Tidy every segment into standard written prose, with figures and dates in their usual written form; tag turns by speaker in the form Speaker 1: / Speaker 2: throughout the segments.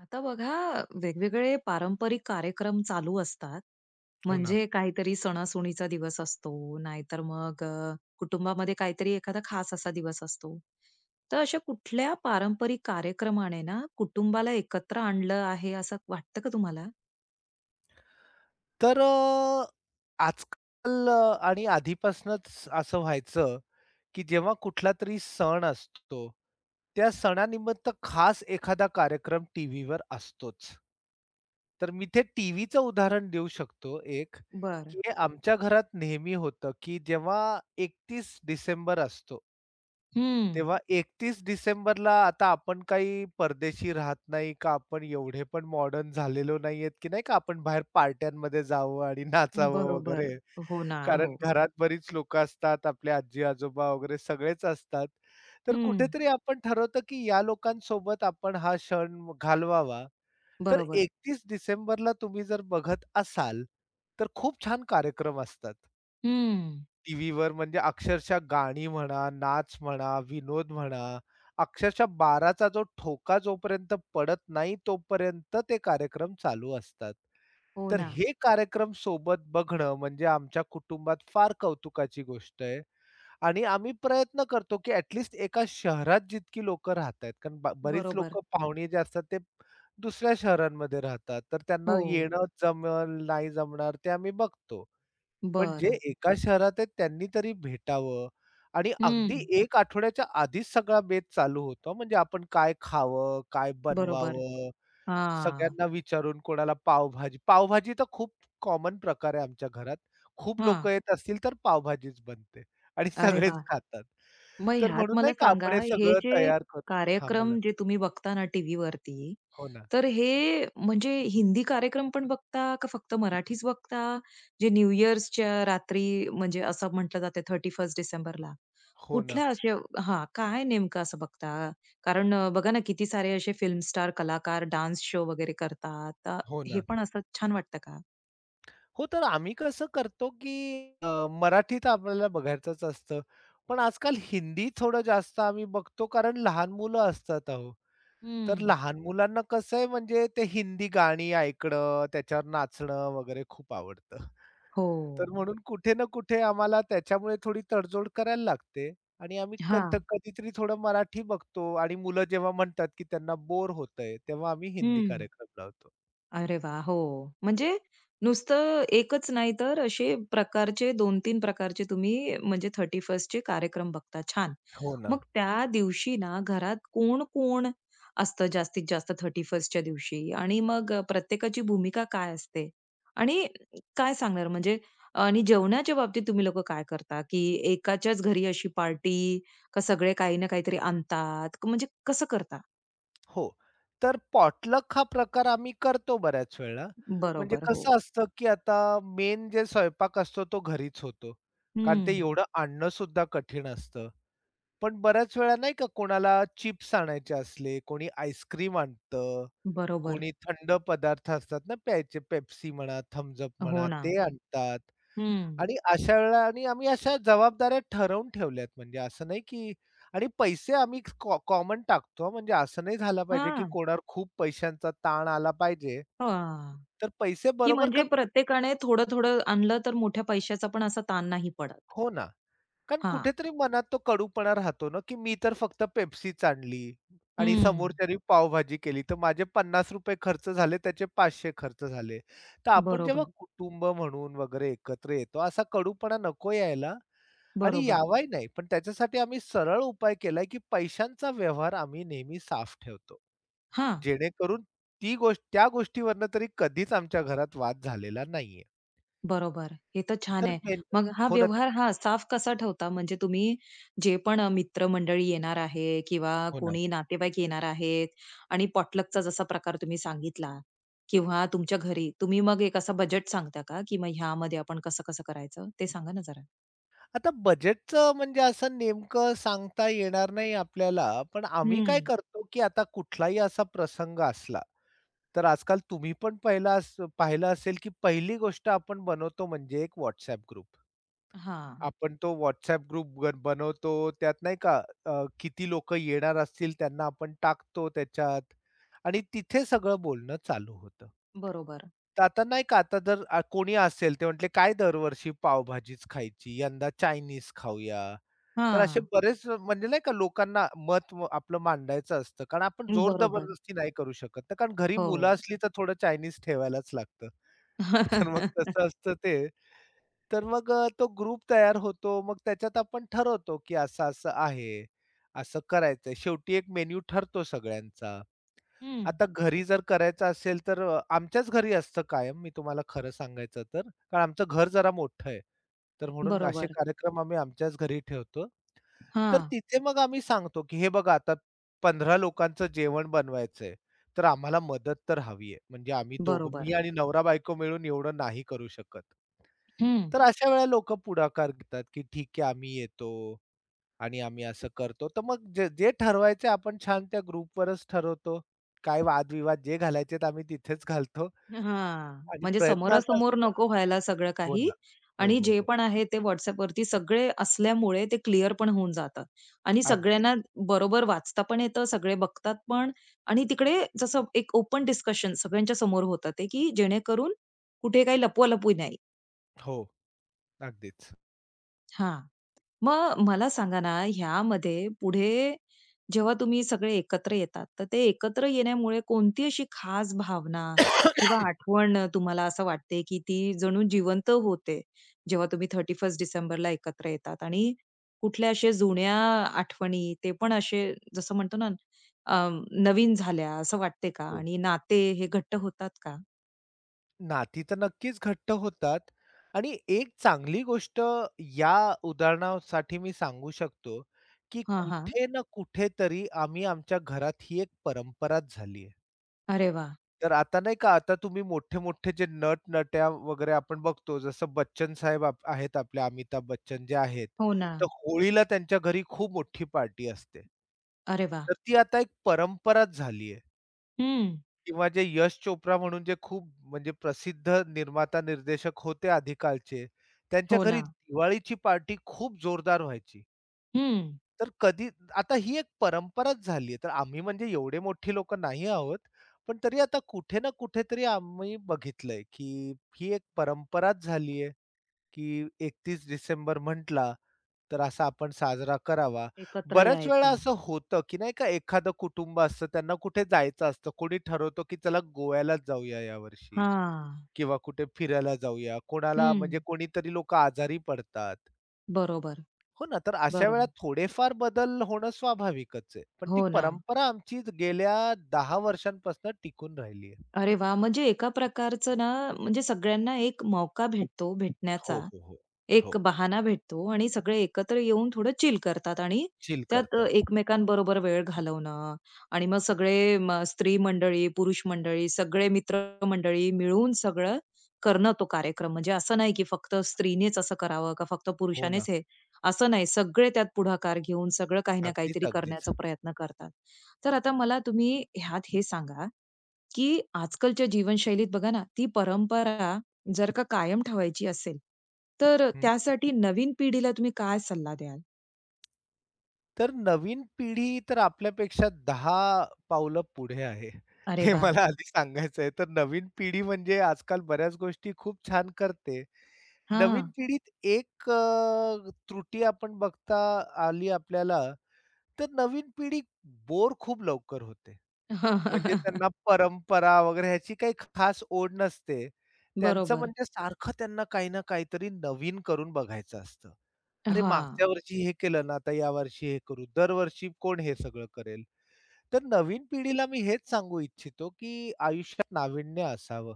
Speaker 1: आता बघा वेगवेगळे पारंपरिक कार्यक्रम चालू असतात.
Speaker 2: हो ना.
Speaker 1: म्हणजे काहीतरी सणासुदीचा दिवस असतो, नाहीतर मग कुटुंबामध्ये काहीतरी एखादा खास असा दिवस असतो. तर अशा कुठल्या पारंपरिक कार्यक्रमाने ना कुटुंबाला एकत्र आणलं आहे असं वाटतं का तुम्हाला?
Speaker 2: तर अ, आणि आधीपासूनच असं व्हायचं, की जेव्हा कुठलातरी सण असतो, त्या सणानिमित्त खास एखादा कार्यक्रम टीव्हीवर असतोच. तर मी ते टीव्हीचं उदाहरण देऊ शकतो एक,
Speaker 1: बरं.
Speaker 2: की हे आमच्या घरात नेहमी होतं, की जेव्हा 31 डिसेंबर असतो
Speaker 1: हं.
Speaker 2: तेव्हा 31 डिसेंबरला आता आपण काही परदेशी राहत नाही का, आपण एवढे पण मॉडर्न झालेलो नाहीयेत, की नाही का आपण बाहेर पार्ट्यांमध्ये जावं आणि नाचावं वगैरे.
Speaker 1: बरोबर. हो ना.
Speaker 2: कारण
Speaker 1: हो.
Speaker 2: घरात बरीच लोकं असतात, आपले आजी-आजोबा वगैरे सगळेच असतात. तर
Speaker 1: हं.
Speaker 2: कुठेतरी आपण ठरवतो, की या लोकांसोबत आपण हा क्षण घालवावा. तर
Speaker 1: बरोबर.
Speaker 2: 31 डिसेंबरला तुम्ही जर बघत असाल, तर खूप छान कार्यक्रम असतात.
Speaker 1: हं.
Speaker 2: टीव्हीवर म्हणजे अक्षरशः गाणी म्हणा, नाच म्हणा, विनोद म्हणा, अक्षरशः 12चा जो ठोका जोपर्यंत पडत नाही, तोपर्यंत ते कार्यक्रम चालू असतात.
Speaker 1: हो
Speaker 2: तर
Speaker 1: ना.
Speaker 2: हे कार्यक्रम सोबत बघणं म्हणजे आमच्या कुटुंबात फार कौतुकाची गोष्ट आहे आणि आम्ही प्रयत्न करतो, की ॲट एका शहरात जितकी लोकं राहतायत, कारण बरीच
Speaker 1: बरोबर.
Speaker 2: लोकं पाहुणे जे असतात ते दुसऱ्या शहरांमध्ये राहतात. तर त्यांना
Speaker 1: हो.
Speaker 2: येणं जमेल, नाही जमणार ते आम्ही बघतो. पण जे
Speaker 1: बरं.
Speaker 2: एका शहरात आहेत त्यांनी तरी भेटावं आणि अगदी
Speaker 1: हं.
Speaker 2: 1 आठवड्याच्या आधीच सगळा बेत चालू होतो हां. म्हणजे आपण काय खावं, काय
Speaker 1: बरोबर.
Speaker 2: बनवावं,
Speaker 1: हां.
Speaker 2: सगळ्यांना विचारून कोणाला पावभाजी पावभाजी तर खूप कॉमन प्रकार आहे आमच्या घरात. खूप
Speaker 1: हां.
Speaker 2: लोकं येत असतील तर पावभाजीच बनते आणि
Speaker 1: अरे
Speaker 2: सगळेच
Speaker 1: वाह!
Speaker 2: खातात.
Speaker 1: मग
Speaker 2: तर
Speaker 1: ह्यात
Speaker 2: म्हणून
Speaker 1: मला
Speaker 2: नाही का आपण
Speaker 1: सांगा,
Speaker 2: हे
Speaker 1: हे
Speaker 2: सगळं
Speaker 1: जे
Speaker 2: तयार करतो. हां, बोला.
Speaker 1: कार्यक्रम जे तुम्ही बघता ना टीव्ही वरती,
Speaker 2: हो ना,
Speaker 1: तर हे म्हणजे हिंदी कार्यक्रम पण बघता का फक्त मराठीच बघता? जे न्यू इयर्सच्या रात्री म्हणजे असं म्हटलं जाते 31 डिसेंबरला.
Speaker 2: हो ना,
Speaker 1: कुठल्या असे हां, काय नेमकं असं बघता? कारण बघा ना किती सारे असे फिल्म स्टार, कलाकार डान्स शो वगैरे करतात. तर
Speaker 2: हो
Speaker 1: हे
Speaker 2: ना.
Speaker 1: पण असं छान वाटतं का?
Speaker 2: हो, तर आम्ही कसं करतो, मराठीत आपल्याला बघायचंच असतं. पण आजकाल हिंदी थोडं जास्त आम्ही बघतो, कारण लहान मुलं असतात अहो. तर
Speaker 1: हं.
Speaker 2: लहान मुलांना कसं आहे, म्हणजे ते हिंदी गाणी ऐकणं, त्याच्यावर नाचणं वगैरे खूप आवडतं.
Speaker 1: हो.
Speaker 2: तर म्हणून कुठे ना कुठे आम्हाला त्याच्यामुळे थोडी तडजोड करायला लागते आणि आम्ही
Speaker 1: हां.
Speaker 2: कधीतरी थोडं मराठी बघतो आणि मुलं जेव्हा म्हणतात, की त्यांना बोर होतंय, तेव्हा आम्ही हिंदी
Speaker 1: हं.
Speaker 2: कार्यक्रम लावतो.
Speaker 1: अरे वाह! हो. म्हणजे नुसतं एकच नाही तर असे प्रकारचे दोन तीन प्रकारचे तुम्ही म्हणजे 31st चे कार्यक्रम बघता. छान.
Speaker 2: हो ना.
Speaker 1: मग त्या दिवशी ना घरात कोण-कोण असतं जास्तीत जास्त 31st च्या दिवशी? आणि मग प्रत्येकाची भूमिका काय असते? आणि काय सांगणार म्हणजे आणि जेवणाच्या बाबतीत तुम्ही लोकं काय करता? की एकाच्याच घरी अशी पार्टी का सगळे काही ना काहीतरी आणतात? म्हणजे कसं करता?
Speaker 2: हो. तर पॉटलक हा प्रकार आम्ही करतो बऱ्याच वेळेला. म्हणजे
Speaker 1: बरोबर. हो.
Speaker 2: कसं असतं, की आता मेन जे स्वयंपाक असतो तो घरीच होतो. कारण ते
Speaker 1: हं.
Speaker 2: एवढं आणणं सुद्धा कठीण असतं. पण बऱ्याच वेळा नाही का, कोणाला चिप्स आणायचे असले, कोणी आईस्क्रीम आणतं,
Speaker 1: बरोबर.
Speaker 2: कोणी थंड पदार्थ असतात ना प्यायचे, पेप्सी म्हणा, थम्स
Speaker 1: हो
Speaker 2: म्हणा,
Speaker 1: ना.
Speaker 2: ते आणतात.
Speaker 1: हं.
Speaker 2: आणि अशा वेळेला आणि आम्ही अशा जबाबदाऱ्या ठरवून ठेवल्यात, म्हणजे असं नाही, की आणि पैसे आम्ही कॉमन टाकतो, म्हणजे असं नाही झालं पाहिजे, की
Speaker 1: हां.
Speaker 2: कोणावर खूप पैशांचा ताण आला पाहिजे.
Speaker 1: हां.
Speaker 2: तर पैसे
Speaker 1: की
Speaker 2: बरोबर
Speaker 1: म्हणजे
Speaker 2: कारण
Speaker 1: प्रत्येकाने थोडं-थोडं आणलं तर मोठ्या पैशाचा पण असा ताण नाही पडत.
Speaker 2: हो ना. कारण
Speaker 1: हां.
Speaker 2: कुठेतरी मनात तो कडूपणा राहतो ना, की मी तर फक्त पेप्सीच आणली आणि
Speaker 1: हं.
Speaker 2: समोरच्यानी पावभाजी केली. तर माझे ₹50 खर्च झाले, त्याचे 500 खर्च झाले. तर आपण जेव्हा
Speaker 1: बरोबर,
Speaker 2: कुटुंब म्हणून वगैरे एकत्र येतो, असा कडूपणा नको यायला. आणि
Speaker 1: बरोबर.
Speaker 2: यावाही नाही. पण त्याच्यासाठी आम्ही सरळ उपाय केलाय, की पैशांचा व्यवहार आम्ही नेहमी साफ ठेवतो.
Speaker 1: हां.
Speaker 2: जेणेकरून ती गोष्ट, त्या गोष्टीवरनं तरी कधीच आमच्या घरात वाद झालेला नाहीये.
Speaker 1: बरोबर. हे तर छान
Speaker 2: तर
Speaker 1: आहे.
Speaker 2: मेन
Speaker 1: मग हा
Speaker 2: हो ना,
Speaker 1: व्यवहार हा साफ कसा ठेवता? म्हणजे तुम्ही जे पण मित्रमंडळी येणार आहे किंवा
Speaker 2: हो ना.
Speaker 1: कोणी नातेवाईक येणार आहेत आणि पॉटलकचा जसा प्रकार तुम्ही सांगितला किंवा तुमच्या घरी, तुम्ही मग एक असा बजेट सांगता का? की मग ह्यामध्ये आपण कसं-कसं करायचं? ते सांगा ना जरा.
Speaker 2: आता बजेटचं म्हणजे असं नेमकं सांगता येणार नाही आपल्याला. पण आम्ही काय
Speaker 1: हं.
Speaker 2: करतो, की आता कुठलाही असा प्रसंग असला, तर आजकाल तुम्ही पण पहिला अस पाहिलं असेल, की पहिली गोष्ट आपण बनवतो म्हणजे एक WhatsApp ग्रुप.
Speaker 1: हां.
Speaker 2: आपण तो WhatsApp ग्रुप बनवतो. त्यात नाही का किती लोकं येणार असतील त्यांना आपण टाकतो त्याच्यात आणि तिथे सगळं बोलणं चालू होतं.
Speaker 1: बरोबर.
Speaker 2: तर आता नाही का, आता जर कोणी असेल ते म्हटले, "काय दरवर्षी पावभाजीच खायची, यंदा चायनीज खाऊया." तर असे
Speaker 1: हां,
Speaker 2: बरेच, म्हणजे नाही का, लोकांना मत आपलं मांडायचं असतं. कारण आपण जोर
Speaker 1: बरोबर.
Speaker 2: जबरदस्ती नाही करू शकत ना, कारण घरी
Speaker 1: हो.
Speaker 2: मुलं असली तर थोडं चायनीज ठेवायलाच लागतं. तर मग तसं असतं ते. तर मग तो ग्रुप तयार होतो. मग त्याच्यात आपण ठरवतो, की असं-असं आहे. असं करायचं. शेवटी एक मेन्यू ठरतो सगळ्यांचा.
Speaker 1: हं.
Speaker 2: आता घरी जर करायचं असेल, तर आमच्याच घरी असतं कायम, मी तुम्हाला खरं सांगायचं तर. कारण आमचं घर जरा मोठं आहे. तर म्हणून असे
Speaker 1: बरोबर.
Speaker 2: कार्यक्रम आम्ही आमच्याच घरी ठेवतो. तर
Speaker 1: हां,
Speaker 2: तिथे मग आम्ही सांगतो, की हे बघा, आता 15 लोकांचं जेवण बनवायचंय. तर आम्हाला मदत तर हवी आहे. म्हणजे आम्ही दोघं, मी
Speaker 1: बरोबर.
Speaker 2: आणि नवरा-बायको मिळून एवढं नाही करू शकत.
Speaker 1: हं.
Speaker 2: तर अशा वेळेला लोकं पुढाकार घेतात, की ठीक आहे, आम्ही येतो आणि आम्ही असं करतो. तर मग जे जे ठरवायचे आपण छान त्या ग्रुपवरच ठरवतो. काय वादविवाद जे घालायचे आम्ही तिथेच घालतो
Speaker 1: हां,
Speaker 2: आणि
Speaker 1: म्हणजे
Speaker 2: प्रयत्न असा
Speaker 1: समोरासमोर
Speaker 2: असतो
Speaker 1: नको व्हायला सगळं
Speaker 2: हो
Speaker 1: काही.
Speaker 2: ना. हो,
Speaker 1: आणि
Speaker 2: हो,
Speaker 1: जे
Speaker 2: हो.
Speaker 1: पण आहे ते WhatsAppवरती सगळे असल्यामुळे ते क्लिअर पण होऊन जातं आणि सगळ्यांना
Speaker 2: अगदीच.
Speaker 1: बरोबर वाचता पण येतं, सगळे बघतात पण. आणि तिकडे जसं एक ओपन डिस्कशन सगळ्यांच्या समोर होतं ते, की जेणेकरून कुठे काही लपवालपवी नाही.
Speaker 2: हो, अगदीच.
Speaker 1: हां. मग मला सांगा ना, ह्यामध्ये पुढे जेव्हा तुम्ही सगळे एकत्र येतात, तर ते एकत्र येण्यामुळे कोणती अशी खास भावना किंवा आठवण तुम्हाला असं वाटते, की ती जणू जिवंत होते, जेव्हा तुम्ही 31 डिसेंबरला एकत्र येतात? आणि कुठल्या अशा जुन्या आठवणी, ते पण असे जसं म्हणतो ना, अ, नवीन झाल्या असं वाटते का?
Speaker 2: हो.
Speaker 1: आणि नाते हे घट्ट होतात का?
Speaker 2: नाती तर नक्कीच घट्ट होतात आणि एक चांगली गोष्ट या उदाहरणासाठी मी सांगू शकतो, की
Speaker 1: हां, हां.
Speaker 2: कुठे ना कुठेतरी आम्ही आमच्या घरात ही एक परंपराच झाली आहे.
Speaker 1: अरे वाह!
Speaker 2: तर आता नाही का, आता तुम्ही मोठे-मोठे जे नट-नट्या वगैरे आपण बघतो, जसं बच्चन साहेब आहेत, आपले अमिताभ बच्चन जे आहेत,
Speaker 1: हो ना.
Speaker 2: तर होळीला त्यांच्या घरी खूप मोठी पार्टी असते.
Speaker 1: अरे वाह!
Speaker 2: तर ती आता एक परंपराच झाली
Speaker 1: हं.
Speaker 2: किंवा जे यश चोप्रा म्हणून जे खूप म्हणजे प्रसिद्ध निर्माता निर्देशक होते आधी कालचे, त्यांच्या
Speaker 1: हो
Speaker 2: घरी
Speaker 1: ना.
Speaker 2: दिवाळीची पार्टी खूप जोरदार व्हायची.
Speaker 1: हं.
Speaker 2: तर कधी आता ही एक परंपराच झाली आहे. तर आम्ही म्हणजे एवढे मोठी लोकं नाही आहोत. पण तरी आता कुठे ना कुठेतरी आम्ही बघितलंय, की ही एक परंपराच झाली, की 31 डिसेंबर म्हटला, तर असा आपण साजरा करावा.
Speaker 1: एकत्र
Speaker 2: बऱ्याच वेळा
Speaker 1: यायचं.
Speaker 2: असं होतं, की नाही का, एखादं कुटुंब असतं त्यांना कुठे जायचं असतं. कोणी ठरवतो, की चला गोव्यालाच जाऊया यावर्षी
Speaker 1: हां.
Speaker 2: किंवा कुठे फिरायला जाऊया. कोणाला
Speaker 1: हं.
Speaker 2: म्हणजे कोणीतरी लोकं आजारी पडतात.
Speaker 1: बरोबर,
Speaker 2: हो ना, तर अशा वेळा
Speaker 1: बरोबर.
Speaker 2: थोडेफार बदल होणं स्वाभाविकच आहे. पण ती
Speaker 1: हो ना.
Speaker 2: परंपरा आमची गेल्या 10 वर्षांपासून टिकून राहिली आहे.
Speaker 1: अरे वा, म्हणजे एका प्रकारचं ना, म्हणजे सगळ्यांना एक मौका भेटतो
Speaker 2: हो,
Speaker 1: भेटण्याचा.
Speaker 2: हो, हो.
Speaker 1: एक
Speaker 2: हो.
Speaker 1: बहाना भेटतो आणि सगळे एकत्र येऊन थोडं चिल करतात आणि
Speaker 2: चिल
Speaker 1: त्यात
Speaker 2: करतात.
Speaker 1: एकमेकांबरोबर वेळ घालवणं आणि मग सगळे स्त्री मंडळी, पुरुष मंडळी, सगळे मित्रमंडळी मिळून सगळं करणं तो कार्यक्रम. म्हणजे असं नाही की फक्त स्त्रीनेच असं करावं का फक्त
Speaker 2: हो ना.
Speaker 1: पुरुषानेच हे, असं नाही. सगळे त्यात पुढाकार घेऊन सगळं काही ना
Speaker 2: अगदीच,
Speaker 1: काहीतरी
Speaker 2: अगदीच.
Speaker 1: करण्याचा प्रयत्न करतात. तर आता मला तुम्ही ह्यात हे सांगा की आजकालच्या जीवनशैलीत बघा ना, ती परंपरा जर का कायम ठेवायची असेल, तर त्यासाठी नवीन पिढीला तुम्ही काय सल्ला द्याल?
Speaker 2: तर नवीन पिढी तर आपल्यापेक्षा 10 पावलं पुढे आहे.
Speaker 1: अरे
Speaker 2: हे
Speaker 1: वा,
Speaker 2: मला आधी सांगायचं आहे. तर नवीन पिढी म्हणजे आजकाल बऱ्याच गोष्टी खूप छान करते. नवीन
Speaker 1: हां.
Speaker 2: पिढीत एक त्रुटी आपण बघता आली आपल्याला, तर नवीन पिढी बोर खूप लवकर होते. म्हणजे त्यांना परंपरा वगैरे ह्याची काही खास ओढ नसते. त्यांचं
Speaker 1: बरोबर.
Speaker 2: म्हणजे सारखं त्यांना काही ना काहीतरी नवीन करून बघायचं असतं. अरे,
Speaker 1: हां.
Speaker 2: मागच्या वर्षी हे केलं ना, आता यावर्षी हे करू. दरवर्षी कोण हे सगळं करेल? तर नवीन पिढीला मी हेच सांगू इच्छितो, की आयुष्यात नाविन्य असावं.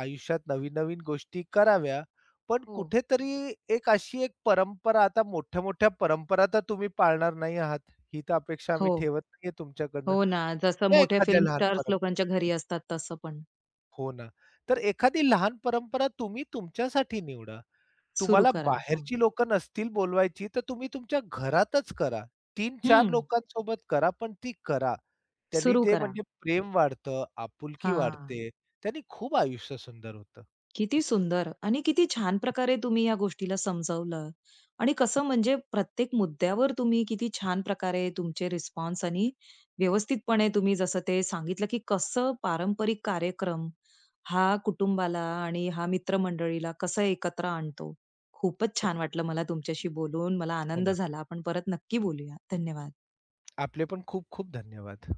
Speaker 2: आयुष्यात नवीन-नवीन गोष्टी कराव्या, पण
Speaker 1: हो.
Speaker 2: कुठेतरी एक अशी एक परंपरा, आता मोठ्या-मोठ्या परंपरा तर तुम्ही पाळणार नाही आहात, ही तर अपेक्षा आम्ही
Speaker 1: हो.
Speaker 2: ठेवत नाहीये तुमच्याकडनं.
Speaker 1: हो ना. जसं
Speaker 2: त्या
Speaker 1: मोठ्या
Speaker 2: एखाद्या
Speaker 1: फिल्म
Speaker 2: लहान
Speaker 1: स्टार्स
Speaker 2: परंपरा
Speaker 1: लोकांच्या घरी असतात तसं पण.
Speaker 2: हो ना. तर एखादी लहान परंपरा तुम्ही तुमच्यासाठी निवडा.
Speaker 1: सुरू
Speaker 2: तुम्हाला
Speaker 1: करा. हा.
Speaker 2: बाहेरची लोकं नसतील बोलवायची, तर तुम्ही तुमच्या घरातच करा. 3-4
Speaker 1: हं.
Speaker 2: लोकांसोबत करा, पण ती करा. त्यांनी
Speaker 1: सुरू
Speaker 2: जे
Speaker 1: करा.
Speaker 2: म्हणजे प्रेम वाढतं, आपुलकी
Speaker 1: हां.
Speaker 2: वाढते. त्यांनी खूप आयुष्य सुंदर होतं.
Speaker 1: किती सुंदर आणि किती छान प्रकारे तुम्ही या गोष्टीला समजावलं आणि कसं म्हणजे प्रत्येक मुद्द्यावर तुम्ही किती छान प्रकारे तुमचे रिस्पॉन्स आणि व्यवस्थितपणे तुम्ही जसं ते सांगितलं की कसं पारंपरिक कार्यक्रम हा कुटुंबाला आणि हा मित्रमंडळीला कसं एकत्र आणतो. खूपच छान वाटलं मला तुमच्याशी बोलून. मला
Speaker 2: हो
Speaker 1: आनंद
Speaker 2: ना.
Speaker 1: झाला. आपण परत नक्की बोलूया. धन्यवाद.
Speaker 2: आपले पण खूप खूप धन्यवाद.